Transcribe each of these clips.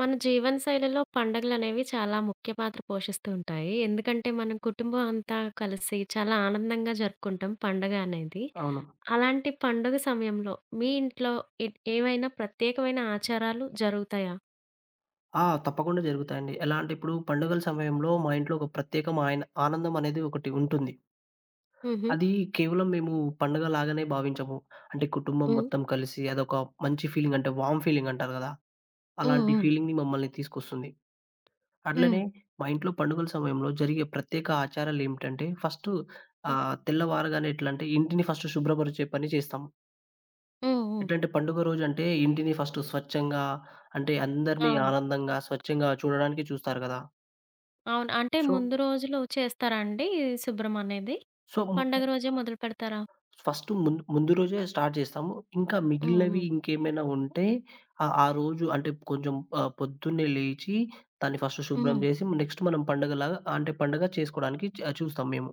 మన జీవన శైలిలో పండగలనేవి చాలా ముఖ్య పాత్ర పోషిస్తూ ఉంటాయి. ఎందుకంటే, మనం కుటుంబం అంతా కలిసి చాలా ఆనందంగా జరుపుకుంటాం పండగ అనేది. అవును. అలాంటి పండుగ సమయంలో మీ ఇంట్లో ఎ ఏవైనా ప్రత్యేకమైన ఆచారాలు జరుగుతాయా? ఆ! తప్పకుండా జరుగుతాయండి. ఎలా అంటే ఇప్పుడు పండుగల సమయంలో మా ఇంట్లో ఒక ప్రత్యేకం ఆయన ఆనందం అనేది ఒకటి ఉంటుంది. హుహు. అది కేవలం మేము పండుగలాగానే భావించము. అంటే కుటుంబం హ్మ్. మొత్తం కలిసి అదొక మంచి ఫీలింగ్ అంటే వార్మ్ ఫీలింగ్ అంటారు గదా! హ్మ్. అలాంటి హ్మ్. ఫీలింగ్‌ని మమ్మల్ని తీసుకొస్తుంది. హ్మ్. అట్లనే మా ఇంట్లో పండుగల సమయంలో జరిగే ప్రత్యేక ఆచారాలేమిటంటే ఫస్టు హ్మ్. తెల్లవారగానే ఎట్లా అంటే ఇంటిని ఫస్ట్ శుభ్రపరిచే పని చేస్తాం. హ్మ్. హ్మ్. ఎట్లంటే పండుగ రోజంటే ఇంటిని ఫస్ట్ స్వచ్ఛంగా అంటే అందరిని అవును. ఆనందంగా, స్వచ్ఛంగా చూడడానికి చూస్తారు గదా! అవును. అంటే సో, ముందు రోజులు చేస్తారా అండి ఈ శుభ్రం అనేది? సో, హ్మ్, పండగ హ్మ్. రోజే మొదలుపెడతారా? ఫస్ట్ ముందు ముందు రోజే స్టార్ట్ చేస్తాము. ఇంకా హ్మ్. మిగిలినవి హ్మ్. ఇంకేమైనా ఉంటే ఆ రోజు అంటే కొంచెం పొద్దున్నే లేచి దాన్ని ఫస్ట్ శుభ్రం హ్మ్. చేసి నెక్స్ట్ మనం పండగలాగా అంటే పండగ చేసుకోవడానికి చూస్తాం మేము.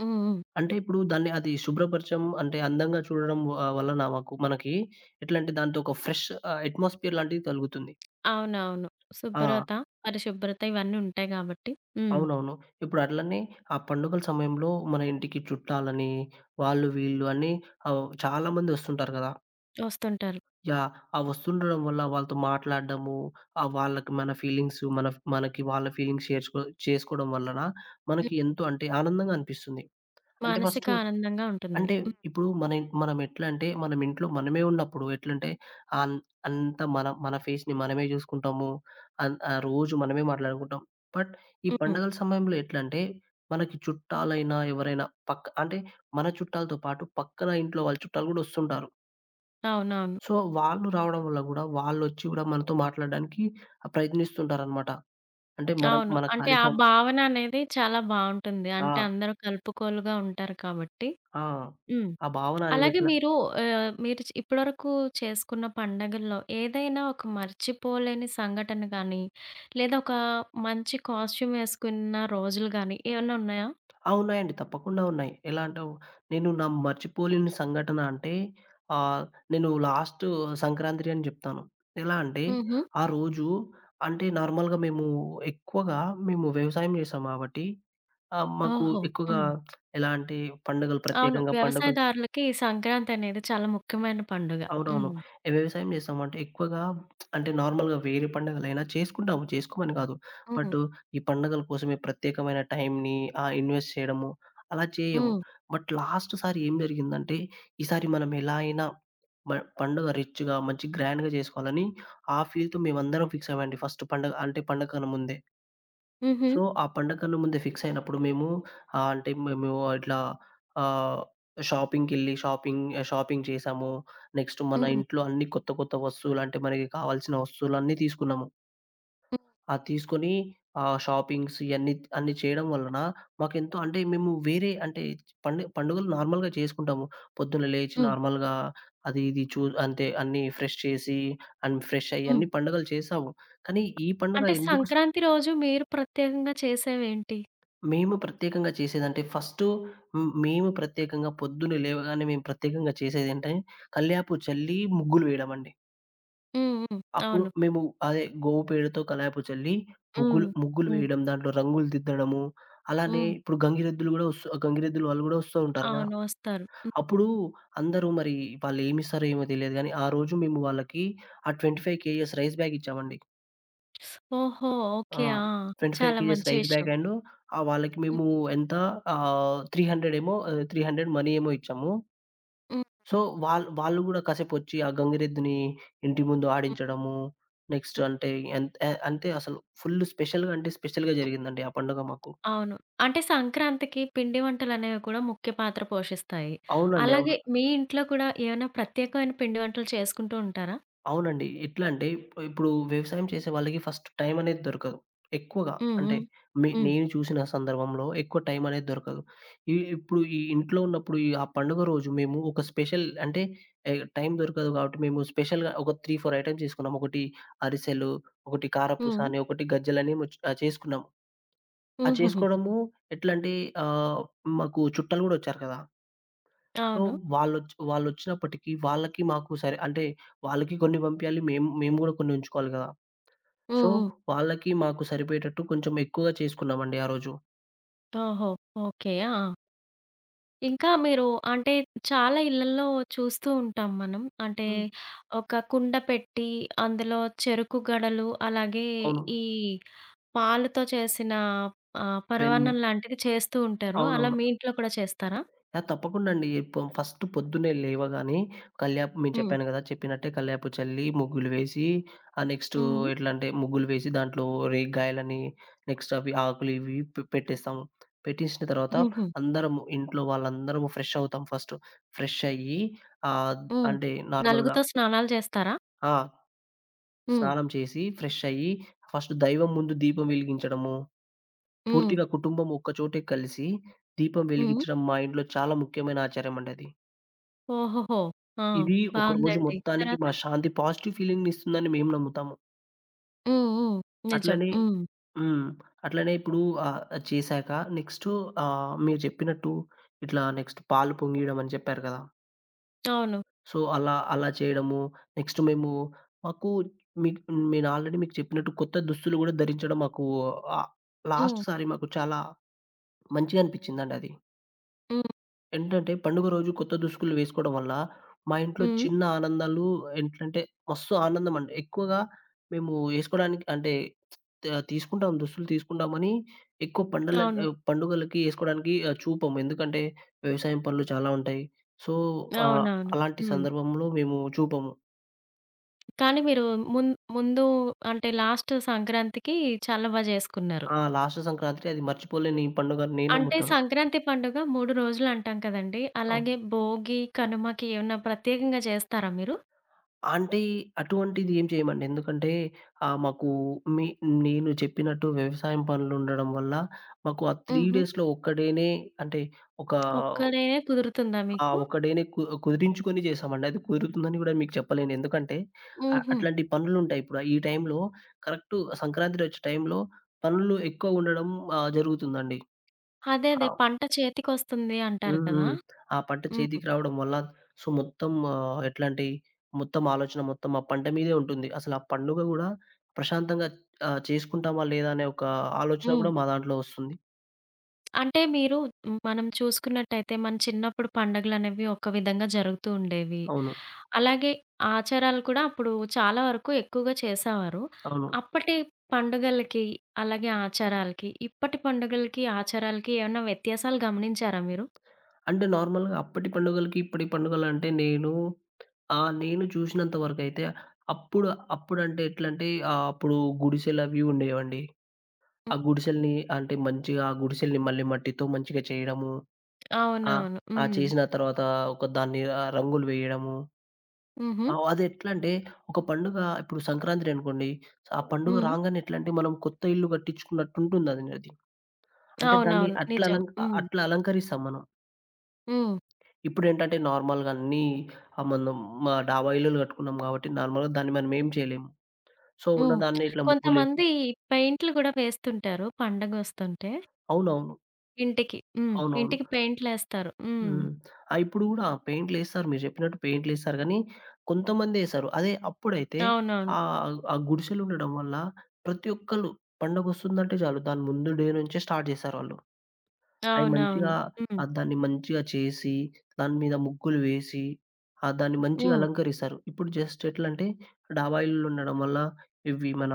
హ్మ్. హ్మ్. అంటే ఇప్పుడు దాన్ని అది శుభ్రపరచం అంటే అందంగా చూడడం వలన మనకి ఎట్లా అంటే దాంతో ఒక ఫ్రెష్ అట్మాస్ఫియర్ లాంటిది కలుగుతుంది. అవునవును. ఆ! శుభ్రత, పరిశుభ్రత ఇవన్నీ ఉంటాయి గాబట్టి. హ్మ్. అవునవును. ఇప్పుడు అట్లనే ఆ పండుగల సమయంలో మన ఇంటికి చుట్టాలని, వాళ్ళు వీళ్ళు అని చాలామంది వస్తుంటారు కదా! వస్తుంటారు. యాహ్! ఆ వస్తుండడం వల్ల వాళ్ళతో మాట్లాడడము, వాళ్ళకి మన ఫీలింగ్స్ మన ఫ్ మనకి వాళ్ళ ఫీలింగ్స్ చేసుకోవడం వలన హ్మ్. మనకి ఎంతో అంటే ఆనందంగా అనిపిస్తుంది. అంటే మానసిక ఫస్టు ఆనందంగా ఉంటుంది. అంటే హ్మ్. ఇప్పుడు మనం ఎట్లా అంటే మనం ఇంట్లో మనమే ఉన్నప్పుడు ఎట్లంటే అన్ అంతా మన మన ఫేస్‌ని మనమే చూసుకుంటాము. రోజు మనమే మాట్లాడుకుంటాం. బట్ ఈ హ్మ్. పండగల సమయంలో ఎట్లంటే మనకి చుట్టాలైనా ఎవరైనా పక్క అంటే మన చుట్టాలతో పాటు పక్కన ఇంట్లో వాళ్ళ చుట్టాలు కూడా వస్తుంటారు. అవునవును. సో, వాళ్ళు రావడం వల్ల గూడా, వాళ్ళొచ్చి గూడా మనతో మాట్లాడడానికి ప్రయత్నిస్తుంటారనమాట. అంటే మనం అవును. మన అంటే ఖాళీ ఆ సం భావన అనేది చాలా బావుంటుంది. అంటే ఆ! అందరూ కలుపుకోలుగా ఉంటారు కాబట్టి. ఆ! హ్మ్. ఆ భావన అనేది అలాగే ఎట్లా మీరు మీరు ఇప్పటివరకు చేసుకున్న పండగల్లో ఏదైనా ఒక మర్చిపోలేని సంఘటన గానీ, లేదా ఒక మంచి కాస్ట్యూమ్ ఏసుకున్న రోజులు గానీ ఏమన్నా ఉన్నాయా? ఆ! ఉన్నాయండి. తప్పకుండా ఉన్నాయి. ఎలా అంటే, నేను నా మర్చిపోలేని సంఘటన అంటే, ఆహ్, నేను లాస్ట్ సంక్రాంతి అని జెప్తాను. ఎలా అంటే, హుహు. ఆ రోజు అంటే నార్మల్‌గా మేము ఎక్కువగా మేము వ్యవసాయం జేసాం గాబట్టి, మాకు ఓహో! ఎక్కువగా హ్మ్. ఎలా అంటే పండుగలు అవును. ప్రత్యేకంగా పండుగలు వ్యవసాయదారులకి ఈ సంక్రాంతి అనేది చాలా ముఖ్యమైన పండుగ. అవునవును. హ్మ్. ఏ వ్యవసాయం చేస్తాం. అంటే ఎక్కువగా అంటే నార్మల్‌గా వేరే పండగలైనా చేసుకుంటాము. చేసుకోమని కాదు. హ్మ్. బట్ ఈ పండగల కోసమే ప్రత్యేకమైన టైంని ఇన్వెస్ట్ చేయడము అలా చేయము. హ్మ్. బట్ లాస్ట్ సారి ఏం జరిగిందంటే ఈసారి మనం ఎలా అయినా మ పండుగ రిచ్‌గా మంచి గ్రాండ్‌గా చేసుకోవాలని ఆ ఫీల్‌తో మేమందరం ఫిక్స్ అయ్యామండి. ఫస్ట్ పండగ అంటే పండగ కన్నా ముందే. హుహు. సో, ఆ పండగ కన్నా ముందే ఫిక్స్ అయినప్పుడు మేము అంటే మేము ఇట్లా ఆహ్, షాపింగ్‌కెళ్ళి షాపింగ్ షాపింగ్ చేసాము. నెక్స్ట్ మన హ్మ్. ఇంట్లో అన్ని కొత్త కొత్త వస్తువులు అంటే మనకి కావాల్సిన వస్తువులన్నీ తీసుకున్నాము. హ్మ్. అది తీసుకొని షాపింగ్స్ ఇయన్నీ అన్నీ చేయడం వలన మాకెంతో అంటే మేము వేరే అంటే పండుగలు నార్మల్‌గా చేసుకుంటాము. పొద్దున్న లేచి హ్మ్. నార్మల్‌గా అది ఇది అంటే అన్నీ ఫ్రెష్ చేసి అండ్ ఫ్రెష్ అయ్యి హ్మ్. అన్ని పండుగలు చేసాము. కానీ ఈ పండుగ అంటే ఎందుకు సంక్రాంతి రోజు మీరు ప్రత్యేకంగా చేసేవేంటి? మేము ప్రత్యేకంగా చేసేదంటే ఫస్టు హ్మ్. మేము ప్రత్యేకంగా పొద్దున్న లేవగానే మేము ప్రత్యేకంగా చేసేదేంటే కల్యాపు చల్లి ముగ్గులు వేయడమండి. హ్మ్. హ్మ్. అప్పుడు అవును. మేము అదే గోవుపేడతో కల్యాపు చల్లి హ్మ్. ముగ్గులు ముగ్గులు హ్మ్. వేయడం, దాంట్లో రంగులు దిద్దడము. అలానే హ్మ్. ఇప్పుడు గంగిరెద్దులు వాళ్ళు గూడా వస్తూ ఉంటారు గదా! అవును. వస్తారు. హ్మ్. అప్పుడు అందరూ మరి వాళ్ళేమిస్తారో ఏమో తెలీదు గానీ, ఆ రోజు మేము వాళ్ళకి ఆ 25 కేఎస్ రైస్ బ్యాగ్ ఇచ్చామండి. ఓహో! ఆ! ఓకే. ఆ! 25 చాలా కేజీస్ మంచి రైస్ విషయం. బ్యాగ్ అండ్ వాళ్ళకి హ్మ్. మేము ఎంత 300 ఏమో 300 మనీ ఏమో ఇచ్చాము. హ్మ్. సో, వాళ్ళు వాళ్ళు గూడా కాసేపొచ్చి ఆ గంగిరెద్దుని ఇంటి ముందు హ్మ్. ఆడించడము. నెక్స్ట్ హ్మ్. అంటే ఎంత ఎ అంటే అసలు ఫుల్ స్పెషల్‌గా అంటే స్పెషల్‌గా జరిగిందండి ఆ పండుగ మాకు. అవును. అంటే సంక్రాంతికి పిండి వంటలనేవి కూడా ముఖ్య పాత్ర పోషిస్తాయి. అవునండి. అలాగే అవును. మీ ఇంట్లో కూడా ఏమైనా ప్రత్యేకమైన పిండి వంటలు చేసుకుంటూ ఉంటారా? అవునండి. ఎట్లా అంటే ఇప్పుడు వ్యవసాయం చేసే వాళ్ళకి ఫస్ట్ టైం అనేది దొరకదు. ఎక్కువగా హ్మ్. అంటే హ్మ్. హ్మ్. నేను చూసిన సందర్భంలో ఎక్కువ టైం అనేది దొరకదు. ఈ ఇప్పుడు ఈ ఇంట్లో ఉన్నప్పుడు ఈ ఆ పండుగ రోజు మేము ఒక స్పెషల్ అంటే ఎ టైం దొరకదు కాబట్టి మేము స్పెషల్‌గా ఒక 3, 4 ఐటెమ్స్ చేసుకున్నాం. ఒకటి అరిసెలు, ఒకటి కారపూస హ్మ్. అని, ఒకటి గజ్జలని చేసుకున్నాం. ఆ హుహుహు. చేసుకోవడము ఎట్లంటే ఆహ్, మాకు చుట్టాలు గూడా వచ్చారు కదా! సో, అవును. వాళ్ళొచ్చినప్పటికి వాళ్ళకి, మాకు సరే అంటే వాళ్ళకి కొన్ని పంపియాలి. మేము మేము గూడా కొన్ని ఉంచుకోవాలి గదా! హ్మ్. సో, హ్మ్. వాళ్ళకి, మాకు సరిపోయేటట్టు కొంచెం ఎక్కువగా చేసుకున్నామండి ఆ రోజు. ఓహో! ఓకే. ఆ! ఇంకా మీరు అంటే చాలా ఇళ్లల్లో చూస్తూ ఉంటాం మనం. అంటే హ్మ్. ఒక కుండ పెట్టి అందులో చెరుకు గడలు, అలాగే అవును. ఈ పాలుతో చేసిన వెన్‌నే పరవాన్నం లాంటిది చేస్తూ ఉంటారు. అలా అవునవును. మీ ఇంట్లో కూడా చేస్తారా? ఆ! తప్పకుండా అండి. ఫస్ట్ పొద్దున్నే లేవగానే కల్యాపు మీకు హ్మ్. చెప్పాను గదా! చెప్పినట్టే కల్యాపు చల్లి, ముగ్గులు వేసి, ఆ నెక్స్టు హ్మ్. ఎట్లంటే ముగ్గులు వేసి దాంట్లో రేగికాయలని, నెక్స్ట్ అవి ఆకులు ఇవి పెట్టేస్తాము. పెట్టేసిన తర్వాత హుహు. అందరము ఇంట్లో వాళ్ళందరము ఫ్రెష్ అవుతాం ఫస్టు. ఫ్రెష్ అయ్యి ఆహ్, హ్మ్. అంటే నార్మల్‌గా నలుగుతో స్నానాలు చేస్తారా? ఆ! హ్మ్. స్నానం చేసి ఫ్రెష్ అయ్యి ఫస్ట్ దైవం ముందు దీపం వెలిగించడము, హ్మ్. పూర్తిగా కుటుంబం ఒక్కచోటే కలిసి దీపం హ్మ్. వెలిగించడం మా ఇంట్లో చాలా ముఖ్యమైన ఆచారం అండి అది. ఓహోహో! ఆ! ఇది ఒక రోజు బావుందండి. మొత్తానికి మా తర్వాత? శాంతి పాజిటివ్ ఫీలింగ్‌నిస్తుందని మేము నమ్ముతాము. హ్మ్. హ్మ్. నిజం. అట్లనే హ్మ్. హ్మ్. అట్లనే ఇప్పుడు అది చేశాక నెక్స్ట్ మీరు చెప్పినట్టు ఇట్లా నెక్స్ట్ పాలు పొంగియడం అని చెప్పారు కదా! అవును. సో, అలా అలా చేయడము. నెక్స్ట్ మేము మాకు మీకు నేను ఆల్రెడీ మీకు చెప్పినట్టు కొత్త దుస్తులు కూడా ధరించడం మాకు ఆహ్, లాస్ట్ హ్మ్. సారి మాకు చాలా మంచిగా అనిపించిందండి అది. హ్మ్. ఏంటంటే పండుగ రోజు కొత్త దుస్తులు వేసుకోవడం వల్ల, మా ఇంట్లో హ్మ్. చిన్న ఆనందాలు ఏంటంటే మస్తు ఆనందం అండి. ఎక్కువగా మేము ఏసుకోడానికి అంటే తీసుకుంటాం దుస్తులు తీసుకుంటామని ఎక్కువ పండల అవును. పండుగలకి ఏసుకోవడానికి చూపము. ఎందుకంటే వ్యవసాయం పనులు చాలా ఉంటాయి. సో, ఆహ్, అవునవును. అలాంటి హ్మ్. సందర్భంలో మేము చూపము. కానీ మీరు ముం ముందు అంటే లాస్ట్ సంక్రాంతికి చాలా బా జేసుకున్నారు. ఆ! లాస్ట్ సంక్రాంతి అది మర్చిపోలేని పండుగని నేను అంటే నమ్ముతాను. సంక్రాంతి పండుగ 3 రోజులంటాం కదండీ! అవును. అలాగే భోగి, కనుమకి ఏమన్నా ప్రత్యేకంగా జేస్తారా మీరు? అంటే అటువంటిది ఏం చేయమండి. ఎందుకంటే మాకు మీ నేను చెప్పినట్టు వ్యవసాయం పనులుండడం వల్ల మాకు ఆ 3 హుహు. డేస్‌లో ఒక్క డేనే అంటే ఒక ఒక్కడే కుదురుతుందా ఆ మీకు? ఒక్క డేనే కుదిరించుకొని చేశామండి. అది కుదురుతుందని కూడా మీకు చెప్పలేను. ఎందుకంటే హుహు. అట్లాంటి పనులుంటాయి. ఇప్పుడు ఈ టైంలో కరెక్ట్ సంక్రాంతి వచ్చే టైంలో పనులు ఎక్కువ ఉండడం జరుగుతుందండి. అదే. అదే. ఆ! పంట చేతికొస్తుంది అంటారు హ్మ్. కదా! హ్మ్. ఆ పంట హ్మ్. చేతికి రావడం వల్ల సో, మొత్తం ఎట్లాంటి మొత్తం ఆలోచన మొత్తం ఆ పంట మీదే ఉంటుంది. అసలు ఆ పండుగ గూడా ప్రశాంతంగా చేసుకుంటామా లేదా అనే ఒక ఆలోచన హ్మ్. గూడా మా దాంట్లో వస్తుంది. అంటే మీరు మనం చూసుకున్నట్టయితే మన చిన్నప్పుడు పండగలనేవి ఒక విధంగా జరుగుతూ ఉండేవి. అవును. అలాగే ఆచారాలు కూడా అప్పుడు చాలా వరకు ఎక్కువగా చేసేవారు. అవును. అప్పటి పండుగలకి, అలాగే ఆచారాలకి, ఇప్పటి పండుగలకి, ఆచారాలకి ఏమన్నా వ్యత్యాసాలు గమనించారా మీరు? అంటే నార్మల్‌గా అప్పటి పండుగలకి, ఇప్పటి పండుగలంటే నేను నేను చూసినంత వరకైతే అప్పుడు అప్పుడంటే ఎట్లంటే అప్పుడు గుడిసెలవి ఉండేవండి. హ్మ్. ఆ గుడిసెలని అంటే మంచిగా ఆ గుడిసెల్ని మళ్ళీ మట్టితో మంచిగా చేయడము ఆ! అవునవును. ఆ! హ్మ్. చేసిన తర్వాత ఒక దాన్ని రంగులు వేయడము. హుహు. అదెట్లంటే ఒక పండుగ ఇప్పుడు సంక్రాంతిదనుకోండి. ఆ పండుగ హ్మ్. రాంగానే ఎట్లంటే మనం కొత్త ఇల్లు కట్టించుకున్నట్టుంటుందది అది. అది. అంటే దాన్ని అవునవును. నిజం. హ్మ్. అట్లా అలంకరిస్తాం మనం. హ్మ్. ఇప్పుడేంటంటే నార్మల్‌గా అన్నీ మనం మా డాబా ఇల్లులు కట్టుకున్నాం కాబట్టి నార్మల్‌గా దాన్ని మనమేం చేయలేము. సో, హ్మ్. ఉన్నదాన్నే ఇట్లా ముగ్గులేసి కొంతమంది పెయింట్లు గూడా వేస్తుంటారు పండగొస్తుంటే అవునవును. ఇంటికి. హ్మ్. అవునవును. ఇంటికి పెయింట్‌లేస్తారు. హ్మ్. హ్మ్. ఆ! ఇప్పుడు గూడా పెయింట్‌లేస్తారు. మీరు చెప్పినట్టు పెయింట్‌లేస్తారు గానీ, కొంతమందేశారు. అదే అప్పుడైతే అవునవును. ఆ గుడిసెలుండడం వల్ల ప్రతి ఒక్కళ్ళు పండగొస్తుందంటే చాలు దాని ముందు డే నుంచే స్టార్ట్ చేశారాళ్ళు. అయి అవునవును. మంచిగా హ్మ్. దాన్ని మంచిగా చేసి, దాని మీద ముగ్గులు వేసి, దాన్ని మంచిగా హ్మ్. అలంకరిస్తారు. ఇప్పుడు జస్ట్ ఎట్లంటే, డాబా ఇల్లులు ఉండడం వల్ల ఇవి మన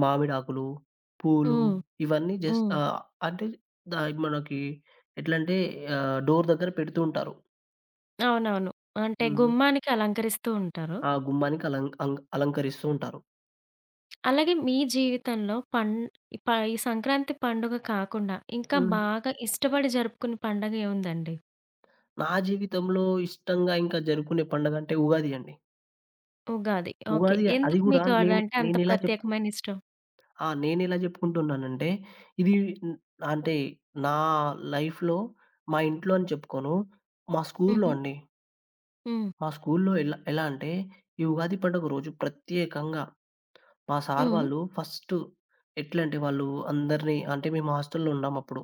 మామిడాకులు, పూలు హ్మ్. ఇవన్నీ జస్ట్ హ్మ్. అంటే ద మనకి ఎట్లంటే డోర్ దగ్గర పెడుతూ ఉంటారు. అవునవును. అంటే హ్మ్. గుమ్మానికి అలంకరిస్తూ ఉంటారు. ఆ గుమ్మానికి అలంకరిస్తూ ఉంటారు. అలాగే మీ జీవితంలో ఈ సంక్రాంతి పండుగ కాకుండా ఇంకా హ్మ్. బాగా ఇష్టపడి జరుపుకునే పండగ ఏముందండి? నా జీవితంలో ఇష్టంగా ఇంకా జరుపుకునే పండగంటే ఉగాది అండి. ఉగాది. ఓకే. ఉగాది అది ఎందుకు గూడా మీకు నేను అదంటే అంత నేనెలా చెప్ ప్రత్యేకమైన ఇష్టం? ఆ! నేనెలా జెప్పుకుంటున్నానంటే, ఇది హ్మ్, అంటే నా లైఫ్‌లో మా ఇంట్లో అని చెప్పుకోను. మా స్కూల్లో హుహు. అండి. హ్మ్. మా స్కూల్లో ఎలా ఎలా అంటే, ఈ ఉగాది పండుగ రోజు ప్రత్యేకంగా మా సార్ హ్మ్. వాళ్ళు ఫస్ట్ ఎట్లంటే వాళ్ళు అందరిని అంటే మేము హాస్టల్‌లో ఉన్నామప్పుడు.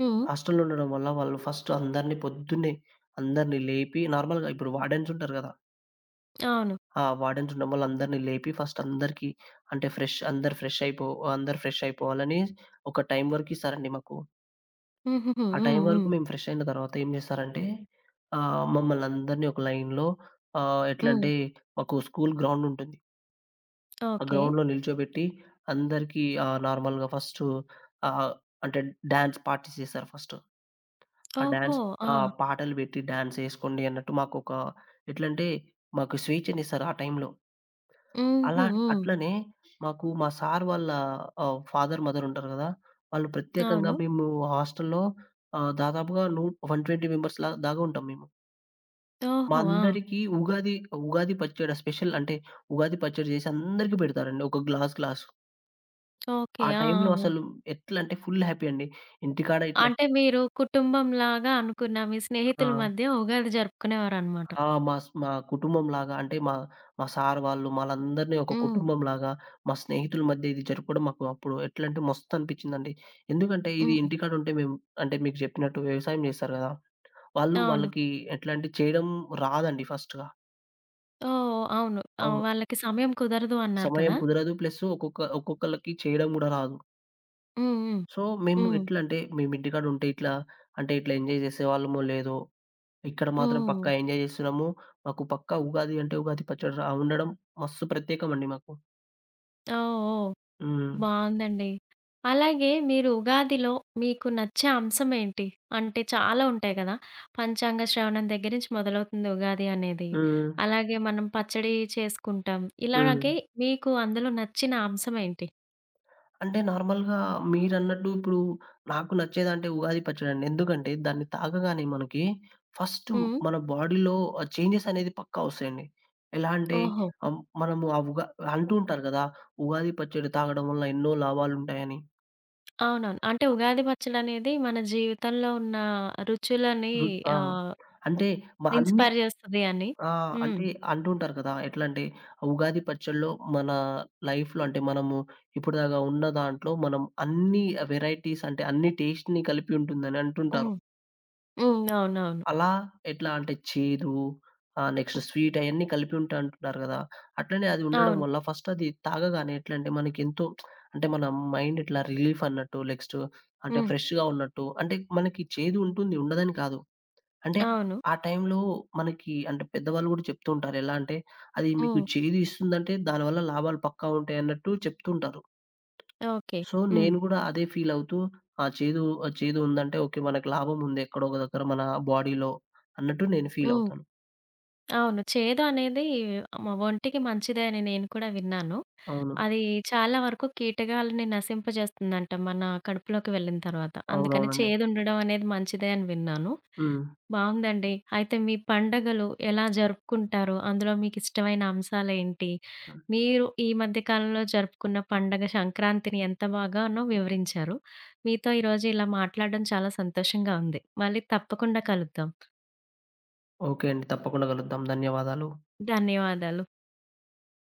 హ్మ్. హాస్టల్‌లో ఉండడం వల్ల వాళ్ళు ఫస్ట్ అందరిని పొద్దున్నే అందరిని లేపి నార్మల్‌గా ఇప్పుడు వార్డెన్స్ ఉంటారు గదా! అవును. ఆ! వార్డెన్స్ ఉండడం వల్ల అందరిని లేపి ఫస్ట్ అందరికీ అంటే అందరూ ఫ్రెష్ అయిపో అందరూ ఫ్రెష్ అయిపోవాలని ఒక టైం వరకు ఇస్తారండి మాకు. హుహుహు. ఆ హ్మ్. టైం హ్మ్. వరకు మేము ఫ్రెష్ అయిన తర్వాత ఏం చేస్తారంటే మమ్మల్ని అందరిని ఒక లైన్‌లో హ్మ్. ఎట్లంటే మాకు స్కూల్ గ్రౌండ్ ఉంటుంది. ఆ ఓకే. గ్రౌండ్‌లో నిల్చోబెట్టి అందరికీ నార్మల్‌గా ఫస్టు ఆహ్, అంటే డాన్స్ పార్టీస్ చేశారు ఫస్ట్. ఆ ఓహో! డాన్స్ ఆ! ఆ! పాటలు పెట్టి డాన్స్ ఎసుకోండి అన్నట్టు మాకొక ఎట్లంటే మాకు స్వేచ్ఛనిస్తారు ఆ టైంలో. అలా హుహు. హ్మ్. అట్లనే మాకు మా సార్ వాళ్ళ ఫాదర్, మదర్ ఉంటారు గదా! వాళ్ళు ప్రత్యేకంగా అవును. మేము హాస్టల్‌లో దాదాపుగా 120 మెంబర్స్ లా దాగా ఉంటాం మేము. మా ఓహో! ఆ! అందరికీ ఉగాది, ఉగాది పచ్చడి స్పెషల్ అంటే ఉగాది పచ్చడి చేసి అందరికీ పెడతారండి. ఒక గ్లాస్, గ్లాస్. ఓకే. ఆ ఆ! ఆ! టైంలో ఆ! అసలు ఎట్లంటే ఫుల్ హ్యాపీ అండి. ఇంటికాడ ఇట్లా అంటే మీరు కుటుంబంలాగా అనుకున్న మీ స్నేహితుల ఆ! మధ్య ఉగాది జరుపుకునేవారనమాట. ఆ! మా కుటుంబంలాగా అంటే మా, మా సార్ వాళ్ళు మళ్ళందరిని ఒక హ్మ్. కుటుంబంలాగా, మా స్నేహితుల మధ్య ఇది జరపడం మాకు అప్పుడు ఎట్లంటే మస్తనిపించిందండి. ఎందుకంటే ఇది హ్మ్. ఇంటికాడుంటే మేము అంటే మీకు చెప్పినట్టు వ్యవసాయం చేస్తారు గదా! అవును. వాళ్ళకి ఎట్లా అంటే చేయడం రాదండి ఫస్ట్‌గా. ఓహ్! అవును. ఆ! అవును. వాళ్ళకి సమయం కుదరదు అన్నారు సమయం కదా! కుదరదు. ప్లస్ ఒక్కొక్కళ్ళకి చేయడం గూడా రాదు. హ్మ్. హ్మ్. సో, మేము హ్మ్. ఎట్లంటే మేము ఇంటికాడుంటే ఇట్లా అంటే ఇట్లా ఎంజాయ్ చేసేవాళ్ళమో లేదో, ఇక్కడ మాత్రం హ్మ్. పక్కా ఎంజాయ్ చేస్తున్నాము. మాకు పక్కా ఉగాది అంటే ఉగాది పచ్చడి రా ఉండడం మస్తు ప్రత్యేకమండి మాకు. ఓహ్! ఓహ్! హ్మ్. బావుందండి. అలాగే మీరు ఉగాదిలో మీకు నచ్చే అంశం ఏంటి? అంటే చాలా ఉంటాయి కదా! పంచాంగ శ్రవణం దగ్గర నుంచి మొదలవుతుంది ఉగాది అనేది. హ్మ్. అలాగే మనం పచ్చడి చేసుకుంటాం. హ్మ్. ఇలాగే మీకు అందులో నచ్చిన అంశం ఏంటి? అంటే నార్మల్‌గా మీరన్నట్టు ఇప్పుడు నాకు నచ్చేదంటే ఉగాది పచ్చడండి. ఎందుకంటే దాన్ని తాగగానే మనకి ఫస్ట్ హ్మ్. మన బాడీలో ఆ చేంజెస్ అనేది పక్కా ఒస్తాయండి. ఎలా అంటే ఓహో! మనము ఆ ఉగా అంటూ ఉంటారు గదా! ఉగాది పచ్చడి తాగడం వల్ల ఎన్నో లాభాలుంటాయని. అవునవును. అంటే ఉగాది పచ్చడనేది మన జీవితంలో ఉన్న రుచులని ఆ! ఆహ్, అంటే అన్ని ఇన్‌స్పైర్ చేస్తది అని. ఆ! హ్మ్. అంటే అంటుంటారు కదా! ఎట్లంటే ఉగాది పచ్చడిలో మన లైఫ్‌లో అంటే మనము ఇప్పటిదాకా ఉన్న దాంట్లో మనం అన్ని వెరైటీస్ అంటే అన్ని టేస్ట్‌ని కలిపి ఉంటుందని అంటుంటారు. హ్మ్. హ్మ్. అవునవును. అలా ఎట్లా అంటే చేదు నెక్స్ట్ స్వీట్ అయన్నీ కలిపి ఉంటాయి అంటున్నారు కదా! అట్లనే అది ఉండడం అవును. వల్ల ఫస్ట్ అది తాగగానే ఎట్లంటే మనకెంతో అంటే మన మైండ్ ఇట్లా రిలీఫ్ అన్నట్టు నెక్స్ట్ అంటే హ్మ్. ఫ్రెష్‌గా ఉన్నట్టు అంటే మనకి చేదు ఉంటుంది ఉండదని కాదు. అంటే అవును. ఆ టైంలో మనకి అంటే పెద్దవాళ్ళు గూడా చెప్తూ ఉంటారు. ఎలా అంటే, "అది మీకు హ్మ్. చేదు ఇస్తుందంటే దానివల్ల లాభాలు పక్కా ఉంటాయన్నట్టు" చెప్తుంటారు. ఓకే. సో, హ్మ్. నేను గూడా అదే ఫీల్ అవుతూ ఆ చేదు ఉందంటే ఓకే. మనకు లాభం ఉంది ఎక్కడో ఒక దగ్గర మన బాడీలో అన్నట్టు నేను ఫీల్ హ్మ్. అవుతాను. అవును. చేదు అనేది ఒంటికి మంచిదే అని నేను కూడా విన్నాను. అవును. అది చాలా వరకు కీటకాలని నశింపజేస్తుందంట మన కడుపులోకి వెళ్ళిన తర్వాత. అందుకని అవునవునండి. చేదుండడం అనేది మంచిదే అని విన్నాను. హ్మ్. బావుందండి. అయితే మీ పండగలు ఎలా జరుపుకుంటారు? అందులో మీకిష్టమైన అంశాలేంటి? మీరు ఈ మధ్య కాలంలో జరుపుకున్న పండగ సంక్రాంతిని ఎంత బాగానో వివరించారు. మీతో ఈరోజు ఇలా మాట్లాడడం చాలా సంతోషంగా ఉంది. మళ్ళీ తప్పకుండా కలుద్దాం. ఓకే అండి. తప్పకుండా కలుద్దాం. ధన్యవాదాలు. ధన్యవాదాలు.